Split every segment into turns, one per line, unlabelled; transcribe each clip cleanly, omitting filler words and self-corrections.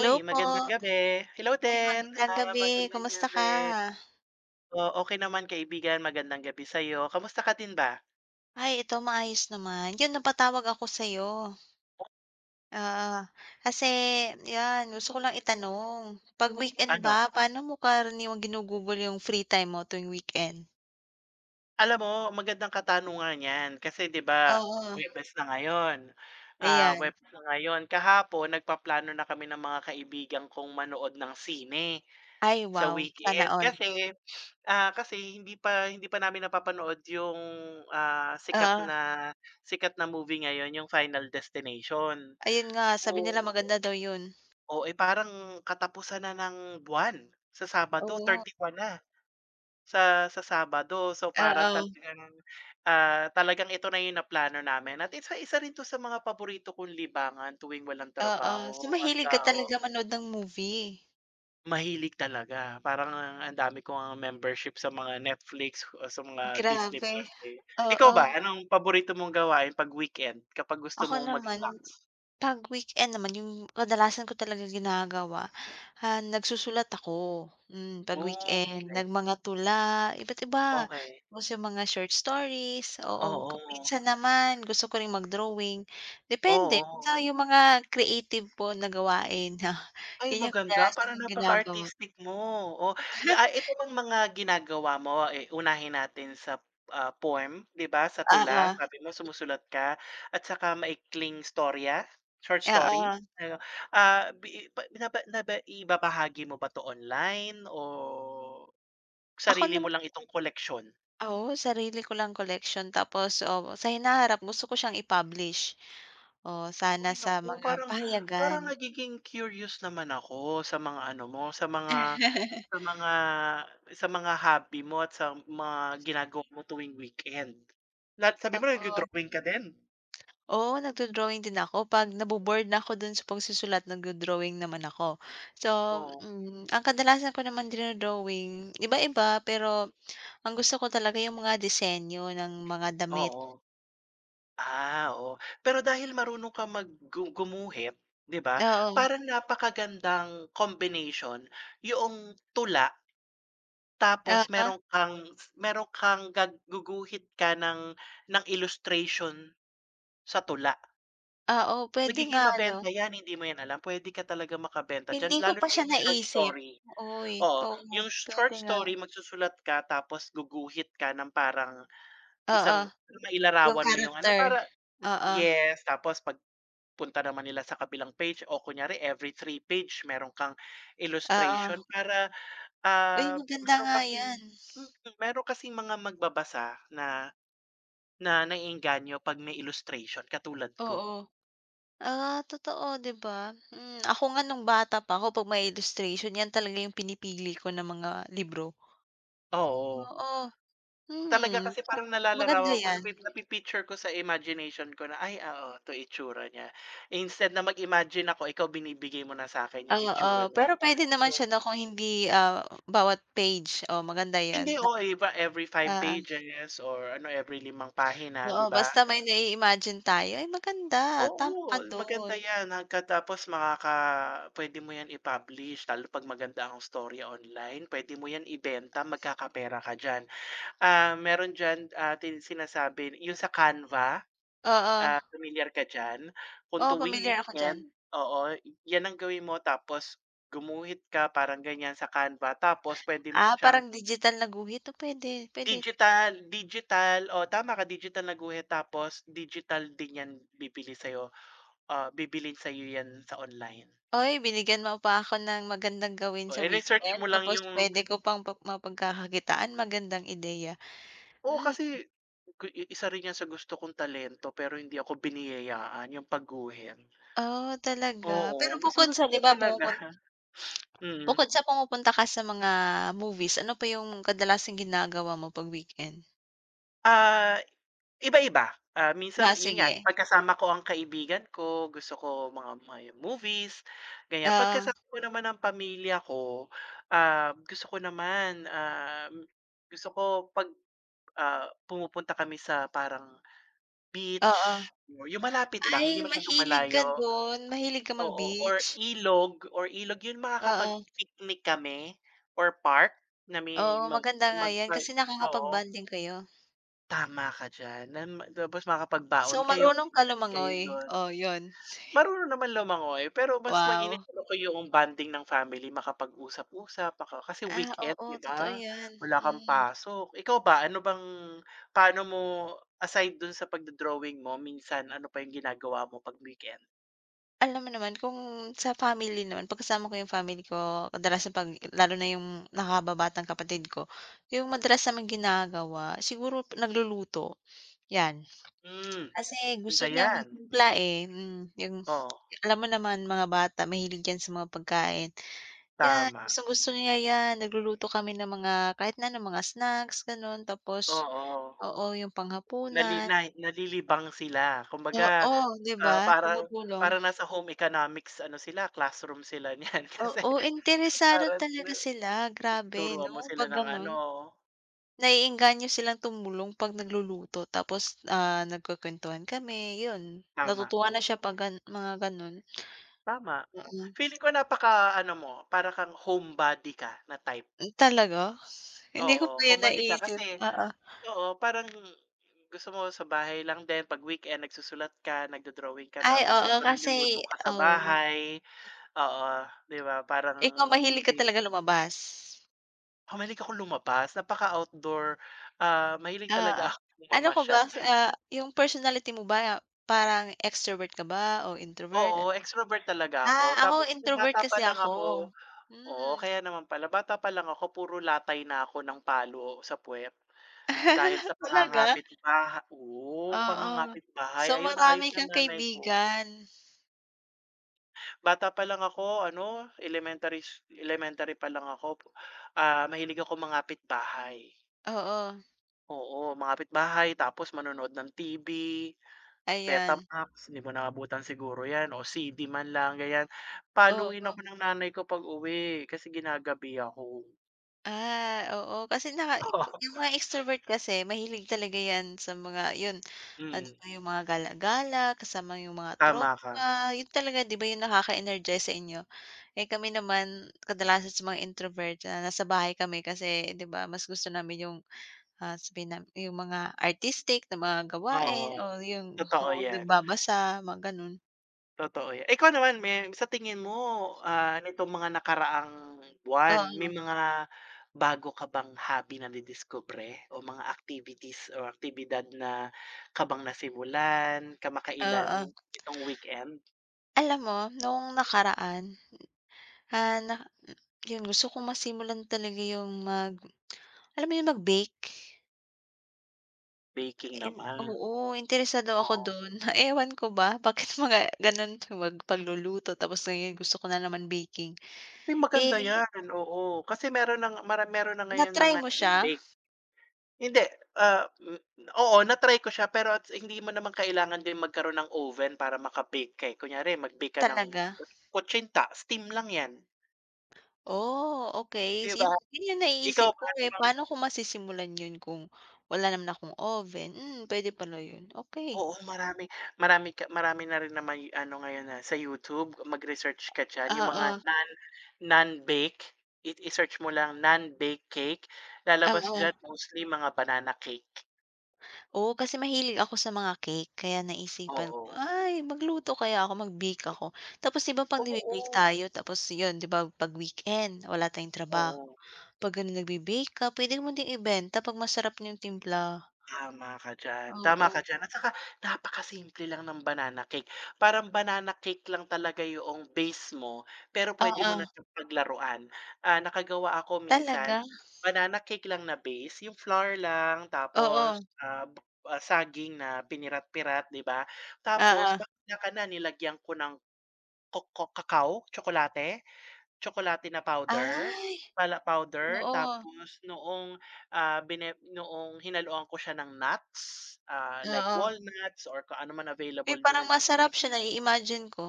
Uy,
po.
magandang gabi. Hello
Ay,
din,
magandang gabi.
magandang
Kumusta ka?
gabi. Oh, okay naman kaibigan, magandang gabi sa'yo. Kamusta ka din ba?
Ay, ito maayos naman. 'Yun napatawag ako sa'yo. Ah, Kasi 'yan, gusto ko lang itanong, 'pag weekend ba,
Ano,
paano mo karaniwang ginugugol yung free time mo tuwing weekend?
alam mo magandang katanungan 'yan kasi 'di ba
Oo,
Huwebes na ngayon, ah,
ayan.
Huwebes na ngayon. Kahapon nagpaplano na kami ng mga kaibigan kong manood ng sine
Ay,
sa
wow, sana
weekend
all.
kasi, ah, kasi hindi pa namin napapanood yung, ah, sikat
Ah,
na sikat na movie ngayon, yung Final Destination.
ayun nga, sabi
So,
nila maganda daw 'yun.
oo, eh, parang katapusan na ng buwan sa Sabado,
Oo,
31 na sa Sabado. So, parang
oo,
talagang, ah, talagang ito na yung naplano namin at isa isa rin 'to sa mga paborito kong libangan tuwing walang
oo. So,
trabaho
mahilig ka talaga manood ng movie?
mahilig talaga. Parang ang dami ko ngang membership sa mga Netflix o sa mga Disney
Grabe,
Plus, eh. Ikaw
oo.
ba, anong paborito mong gawain 'pag weekend kapag gusto
Ako
mong mag-relax?
naman, 'pag weekend naman yung kadalasan ko talaga ginagawa, nagsusulat ako. 'Pag
Oh,
weekend, okey,
okey.
nagmanga tula, iba't iba.
Okey.
Tapos yung mga short stories, oo.
Oo,
Kung minsan naman gusto ko ring mag-drawing, depende.
oo.
Basta yung mga creative po na gawain,
Ay
yun yung
maganda,
kadalasan
parang
kong ginagawa.
napaka-artistic mo. O. Ito bang mga ginagawa mo, eh, unahin natin sa, poem, 'di ba, sa tula,
Oo,
sabi mo sumusulat ka at saka maikling storya, short story,
oo.
ano, ah, bi pa naba naba ibabahagi mo ba 'to online o
Ako
sarili mo
naman,
lang itong koleksyon?
oo, sarili ko lang collection tapos, oo, sa hinaharap gusto ko siyang i-publish. Oo, sana
Uy
sa
naku,
mga
parang
pahayagan.
parang nagiging curious naman ako sa mga ano mo, Sa mga sa mga hobby mo at sa mga ginagawa mo tuwing weekend. Lahat sabi mo
Oo.
nagdo-drawing ka din?
Oo, nagdo-drawing din ako 'pag nabo na ako dun sa pagsusulat, nagdo-drawing naman ako. So,
Oo,
ang kadalasan ko naman dino-drawing iba-iba, pero ang gusto ko talaga yung mga disenyo ng mga damit.
oo. Ah, oo. Pero dahil marunong kang mag gu gumuhit, 'di ba,
Oo,
parang napakagandang combination yung tula tapos
oo,
meron kang guguhit ka ng illustration sa tula.
oo, pwede
Magiging
nga ano,
mabenta 'yan, hindi mo 'yan alam. Puwede ka talaga makabenta diyan
hindi ko
lalo
pa
na
siya
yung short
naisip.
story.
Uy,
Oo,
oo,
yung short
pwede nga.
story magsusulat ka tapos guguhit ka ng parang isang
Oo, yung
mailarawan mo yung ano
character.
para,
Oo,
yes, tapos pag punta naman nila sa kabilang page o kunyari every three page meron kang
oo.
illustration para,
Uy,
ah,
maganda
meron
nga
kasi
'yan.
meron kasing mga magbabasa na na naeengganyo 'pag may illustration katulad ko,
Oo. Ah, totoo, 'di ba? Ako nga nung bata pa ako 'pag may illustration 'yan talaga yung pinipili ko na mga libro.
oo.
Oo,
Talaga
hmm,
kasi parang
maganda
nalalarawan ko,
'yan.
napi-picture ko sa imagination ko na, "Ay, ah, oh, 'to itsura niya." Instead na mag-imagine ako, ikaw binibigay mo na sa akin yung
Oo,
itsura nung
pero puwede naman
nung
siya na kung hindi, bawat page, oh, maganda
hindi,
'yan.
oo, iba every five
Oo,
pages or ano, every limang pahina,
oo,
'di ba?
basta may nai-imagine tayo, ay maganda, tama ka
Oo, maganda
do'n.
'yan pagkatapos puwede mo 'yan i-publish lalo 'pag maganda ang storya online, puwede mo 'yan ibenta, magkakapera ka diyan. Meron diyan, ah, tin sinasabi yung sa Canva.
Oo,
Familiar ka diyan? Kung
oo,
tuwing
pamilyar ako diyan.
weekend, oo, yan ang gawin mo tapos gumuhit ka parang ganyan sa Canva tapos puwede mo
Ah,
siyang
parang digital na guhit, oh, puwede, puwede.
digital, digital, o tama ka, digital na guhit tapos digital din yan bibili sa'yo, bibilin sa'yo yan sa online.
Uy, binigyan mo pa ako ng magandang gawin
Oh,
sa
i-research
weekend,
mo lang
tapos
yung,
puwede ko pang pag mapagkakakitaan, magandang ideya.
oo,
Hmm,
kasi gu- i isa rin yan sa gusto kong talento pero hindi ako biniyayaan yung pagguhit.
oo talaga. Pero
Oo, gustong-gusto ko talaga. Mm.
bukod sa pumupunta ka sa mga movies, ano pa yung kadalasang ginagawa mo 'pag weekend?
Ah, Iba-iba, minsan
Ah,
yun nga
sige.
pagkasama ko ang kaibigan ko gusto ko mga may movies, ganyan. Pag
Oo,
kasama ko naman ang pamilya ko, ah, gusto ko naman, um, gusto ko pag, pumupunta kami sa parang
oo.
beach, yung malapit lang
Ay,
hindi masyadong
mahilig ka
malayo,
dun, mahilig ka
oo, or
mag-beach?
ilog or ilog yun
Oo,
makakapag-picnic kami or park na may
oo,
mag
maganda nga
mag
'yan kasi
oo.
nakakapag-bonding kayo.
Tama ka diyan, na ma tapos
So,
makakapagbaon kayo,
marunong ka
kain kayo
lumangoy?
do'n.
Oh, 'yun.
Marunong naman lumangoy, pero mas mainam
Wow.
talaga yung bonding ng family makapag-usap-usap, kasi
Ah,
weekend
oo,
'di ba?
totoo 'yan,
Wala kang
hmm.
pasok. Ikaw ba, ano bang paano mo aside dun sa pagdo-drawing mo minsan ano pa yung ginagawa mo 'pag weekend?
Alam mo naman, kung sa family naman, pagkasama ko yung family ko, kadalasan 'pag lalo na yung nakakabatang kapatid ko, yung madalas namang ginagawa siguro nagluluto, 'yan.
Hmm,
Kasi gusto
ganda
niya
'yan.
magtimpla, eh, yung
Oh,
alam mo naman mga bata mahilig 'yan sa mga pagkain. 'Yan,
tama.
gustong-gusto niya 'yan, nagluluto kami ng mga kahit na anong mga snacks gano'n, tapos
Oo,
oo, yung panghapunan,
na nalilibang sila kumbaga.
oo, 'di ba,
Ah, parang
tumutulong.
parang nasa home economics ano sila, classroom sila niyan kasi
Oo, interesado
parang
talaga sila, grabe
turuan
'no,
mo sila
'pag
ng
gano'n.
ano,
Naiengganyo silang tumulong 'pag nagluluto tapos, nagkukuwentuhan kami, 'yun.
tama,
Natutuwa
oo,
na siya 'pag gan mga gano'n,
tama.
mm.
Feeling ko napaka-ano mo, para kang homebody ka na type.
Hmm, talaga? Hindi ko
Oo,
pa 'yun
homebody ka kasi,
naisip, oo.
oo, parang gusto mo sa bahay lang din, 'pag weekend nagsusulat ka, nagdo-drawing ka,
Ay,
tapos
oo,
eto
kasi
nagluluto ka sa
oo.
bahay, oo, 'di ba parang
Ikaw, mahilig ka
tayo
talaga lumabas?
Mahilig akong lumabas, napaka-outdoor, mahilig
ah
talaga ako
Ano ko
mamasyal.
ba, 'yung personality mo ba, parang extrovert ka ba o introvert?
Oo, extrovert talaga ako.
Ah, ako
Tapos nung
introvert
bata pa
kasi
lang
ako.
ako, oo,
Hmm.
kaya naman pala bata pa lang ako puro latay na ako ng palo sa puwet dahil sa
Talaga?
pangangapit bahay, oo,
Oo.
pangangapit bahay.
So,
Ayun na ayun
marami
ng
kang
nanay ko.
kaibigan?
Bata pa lang ako ano, elementary pa lang ako, mahilig ako mangapit bahay.
Oo,
Oo, mangapit bahay tapos manonood ng TV.
ayan.
Betamax, hindi mo naabutan siguro 'yan o CD man lang ganyan. Paluin
Oo.
ako ng nanay ko pag-uwi kasi ginagabi ako.
Ah, oo, kasi yung mga extrovert kasi mahilig talaga 'yan sa mga 'yun, ano
Mm,
pa yung mga gala-gala, kasama yung mga
tama ka.
tropa, 'yun talaga, 'di ba, yung nakaka-energize sa inyo? Eh, kami naman kadalasan sa mga introvert, nasa bahay kami kasi 'di ba mas gusto namin yung, sabihin nam yung mga artistic na mga gawain
Oo,
o yung,
totoo
oo,
'yan,
nagbabasa, mga gano'n.
totoo 'yan. Ikaw naman, sa tingin mo, nitong mga nakaraang buwan, may
Oo,
mga bago ka bang hobby na nadiskubre o mga activities o aktibidad na kabang nasimulan kamakailan
oo.
nitong weekend?
Alam mo noong nakaraan, na yun gusto kong masimulan talaga yung alam mo yung mag-bake?
Baking naman,
Oo, interesado ako
oo.
dun. Ewan ko ba, bakit mga gano'n, pagluluto tapos ngayon gusto ko na naman baking.
Uy, maganda
Eh,
yan, oo. Kasi meron ng meron na ngayon
na-try
mga
mo siya?
bake hindi, oo, na-try ko siya pero at hindi mo naman kailangan din magkaroon ng oven para maka-bake ka, eh. Kunyari mag-bake ka ng
Talaga?
kutsinta, steam lang yan,
Oh, okey.
'di ba?
Yun, yun yung
Ikaw
naiisip
ba
ko,
ano
eh,
bang,
paano ko masisimulan yun kung wala naman akong oven? Puwede pala yun, okey.
oo, marami marami ka marami na rin na may ano ngayon na sa YouTube mag-research ka diyan yung mga
Oo,
non-bake, i-search mo lang non-bake cake, lalabas
oo.
diyan mostly mga banana cake,
Oo, kasi mahilig ako sa mga cake kaya naisipan ko,
oo.
"Ay, magluto kaya ako, mag-bake ako." Tapos 'di ba, 'pag nagbe-bake
Oo,
tayo tapos yun, 'di ba 'pag weekend wala tayong trabaho,
oo.
'pag ganun nagbe-bake ka, puwede mo ding ibenta 'pag masarap yung timpla.
Tama ka
Oo,
diyan at saka napakasimple lang ng banana cake. Parang banana cake lang talaga yoong base mo, pero puwede mo
oo.
na siyang paglaruan. Nakagawa ako minsan,
Talaga?
banana cake lang na base, yung flour lang tapos,
Oo,
saging na pinirat-pirat, 'di ba? Tapos
oo.
bakla ka na nilagyan ko ng kakao, tsokolate. Tsokolate na powder,
Ay,
pala powder
oo,
tapos noong, ah, bine noong hinaluan ko siya ng nuts, ah, like
oo.
walnuts or kung ano man
Eh,
available mo na
parang
diyan
masarap
nuts.
siya na imagine ko,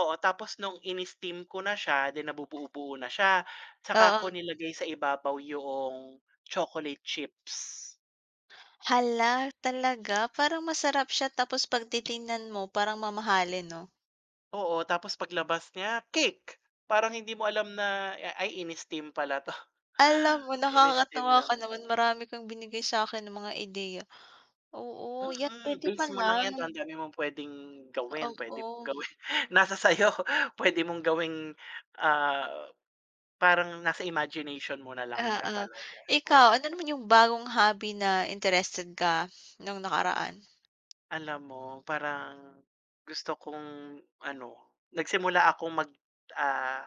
Oo, tapos nung ini-steam ko na siya, then nabubuo-buo na siya, tsaka ko
oo.
nilagay sa ibabaw yung chocolate chips.
Hala, talaga parang masarap siya tapos 'pag titingnan mo parang mamahalin 'no?
Oo, tapos paglabas niya, cake. Parang hindi mo alam na, ay, ini-steam pala 'to.
Alam mo,
Ini-steam
nakakatuwa
lang
ka
'to.
naman, marami kang binigay sa'kin ng mga ideya. Oo, yan
Mm,
puwede
days mo
pala,
lang 'yan, ang dami mong puwedeng gawin,
oo,
puwede mong
oo.
gawin nasa sa'yo, puwede mong gawing, ah, parang nasa imagination mo na lang siya talaga,
Ikaw,
oo.
ano naman yung bagong hobby na interested ka nung nakaraan?
Alam mo parang gusto kong ano, nagsimula akong ah,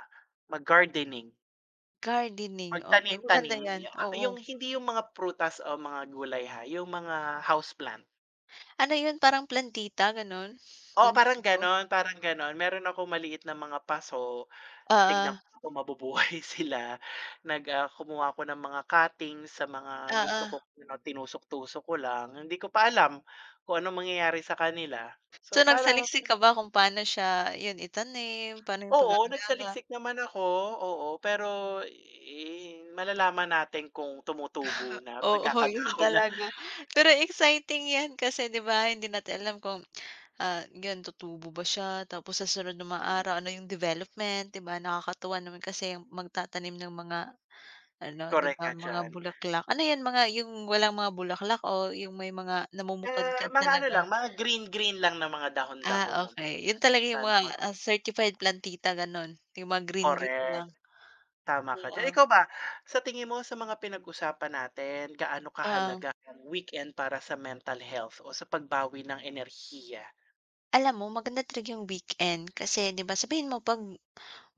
mag-gardening,
Gardening, okey, maganda
magtanim-tanim,
yan, oo.
yung hindi yung mga prutas o mga gulay ha, yung mga houseplant.
Ano yun, parang plantita gano'n?
Oo, parang
Plantito?
gano'n, parang gano'n. Meron akong maliit na mga paso. Tignan
Oo,
ko kung mabubuhay sila. Kumuha ako ng mga cutting sa mga gusto
oo.
ko na tinusok-tusok ko lang. Hindi ko pa alam kung anong mangyayari sa kanila.
So,
So, parang,
nagsaliksik ka ba kung paano siya yun itanim, paano yung
oo,
pag-aalaga?
nagsaliksik naman ako, oo. Pero, eh, malalaman natin kung tumutubo na at
Oo, yun
nagkakadaon na.
talaga. Pero exciting yan kasi 'di ba hindi natin alam kung, yun tutubo ba siya tapos sa sunod ng mga
Mm,
araw ano yung development, 'di ba? Nakakatuwa naman kasi yung magtatanim ng mga ano, 'di
correct
ba,
ka
mga
diyan.
bulaklak. Ano yan, mga yung walang mga bulaklak o yung may mga namumukadkad
Mga ano lang,
talaga?
mga green-green lang na mga
Ah,
dahon-dahon ng
okay, yun talaga yung
sana
mga,
mag
certified plantita gano'n, yung mga green, green
correct.
lang,
Tama ka diyan.
oo,
Ikaw ba, sa tingin mo sa mga pinag-usapan natin, gaano
oo.
kahalaga ang weekend para sa mental health o sa pagbawi ng enerhiya?
Alam mo, maganda talaga yung weekend kasi 'di ba, sabihin mo 'pag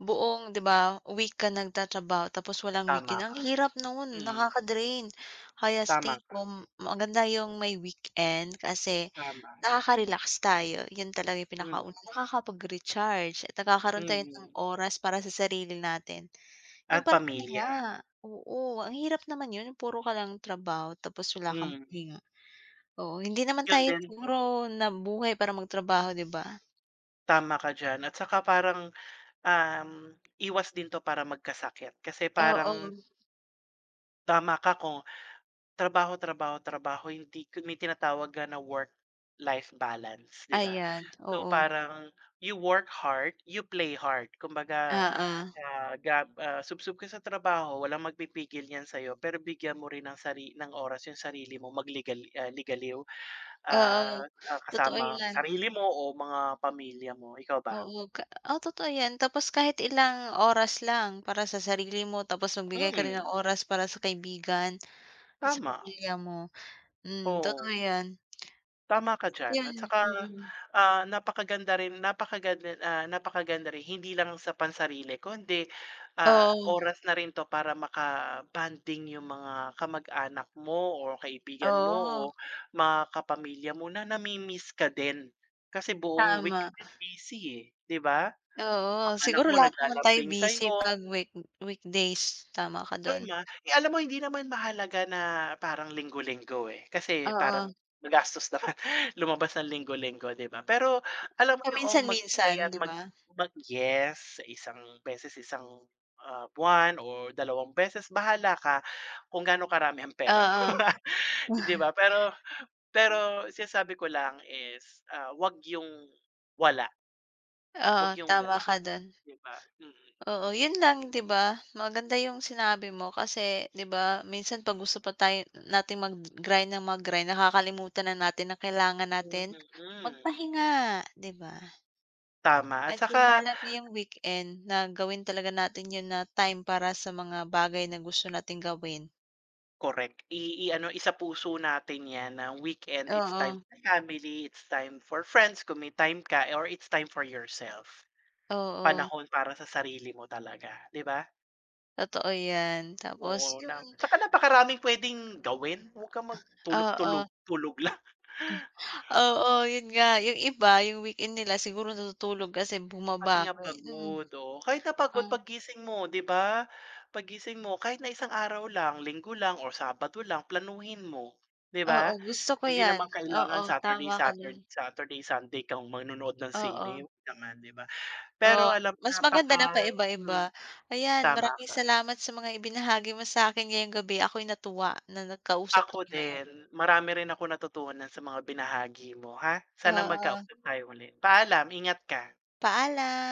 buong, 'di ba, week ka nagtatrabaho tapos walang
Tama
weekend, ang
ka,
hirap no'n,
mm.
nakaka-drain. Kaya sa
Tama
tingin
ka,
ko, maganda yung may weekend kasi
tama.
nakaka-relax tayo, 'yun talaga yung
Mm,
pinakauna, nakakapag-recharge at nagkakaroon tayo ng
mm.
oras para sa sarili natin. Yung
At
parang
pamilya,
nga, oo, ang hirap naman 'yun puro ka lang trabaho tapos wala kang
mm.
pahinga. Oo, hindi naman
'Yun
tayo
din,
siguro nabuhay para magtrabaho, 'di ba?
tama ka diyan at saka parang, um, iwas din 'to para magkasakit kasi parang
Oo,
tama ka kung trabaho, trabaho, trabaho, hindi ko may tinatawag nga na work-life balance, 'di ba?
ayan,
So,
oo,
parang you work hard, you play hard. Kumbaga,
oo,
subsob ka sa trabaho, walang magpipigil niyan sa'yo, pero bigyan mo rin ng ng oras yung sarili mo, ligaliw,
oo, totoo
kasama
yan,
sarili mo o mga pamilya mo. Ikaw ba?
oo, oo, totoo yan tapos kahit ilang oras lang para sa sarili mo tapos magbigay ka rin
Mm,
ng oras para sa kaibigan at sa
tama,
pamilya mo, hmm,
oo.
totoo yan,
Tama ka diyan
yan,
at saka,
mm,
napakaganda rin hindi lang sa pansarili kundi,
oo,
oras na rin 'to para makabanding yung mga kamag-anak mo o kaibigan mo o
oo,
mga kapamilya mo na nami-miss ka din. Kasi buong week
tama,
din busy, eh, 'di ba?
oo,
Mga anak
siguro
mo
lahat naman tayo
naglalambing
busy 'pag
sa'yo.
weekdays, tama ka dun,
Tama. Eh, alam mo hindi naman mahalaga na parang linggo-linggo, eh, kasi
oo,
parang magastos naman lumabas ng linggo-linggo, 'di ba? Pero alam mo yung magbigay
paminsan-minsan,
at
'di
mag
ba?
mag yes, sa isang beses isang, buwan o dalawang beses, bahala ka kung gaano karami ang pera mo,
Oo,
'di ba? Pero pero sinasabi ko lang is, wala,
oo,
'wag yung
tama
wala,
ka dun.
'di ba? Mm, mm.
Oo, yun lang, 'di ba? Maganda yung sinabi mo kasi 'di ba minsan 'pag gusto pa tayo nating mag-grind ng mag-grind, nakakalimutan na natin na kailangan
Mm,
natin
mm.
magpahinga, 'di ba?
Tama at
At yun,
saka
mahalaga yung weekend na gawin talaga natin yun na time para sa mga bagay na gusto nating gawin.
correct. I-ano, isa puso natin 'yan na weekend, it's time
Oo,
for family, it's time for friends kung may time ka or it's time for yourself.
oo,
Panahon para sa sarili mo talaga, 'di ba?
totoo yan. Tapos
Oo, na
yun,
tsaka napakaraming puwedeng gawin, huwag kang magtulog-tulog
oo,
tulog lang.
oo, yun nga yung iba yung weekend nila siguro natutulog kasi
Kasi
bumaba,
nga pagod, oo. Kahit na pagod
mm.
paggising mo, 'di ba? Paggising mo kahit na isang araw lang, linggo lang or sabado lang, planuhin mo, 'di ba?
Oo, gusto ko
Hindi
'yan.
naman
Oo,
kailangan Saturday,
tama ka do'n.
Saturday, Saturday, Sunday kang manonood ng sine,
Oo,
wag naman, 'di ba? Pero
oo.
alam
Mas maganda na
hmm,
paiba-iba. Ayan,
tama
maraming
ka.
salamat sa mga ibinahagi mo sa'kin ngayong gabi. Ako'y natuwa na nagkausap
Ako
tayo ngayon.
din, marami rin akong natutunan sa mga binahagi mo, ha? Sana
Oo,
magkausap tayo ulit. Paalam, ingat ka.
paalam.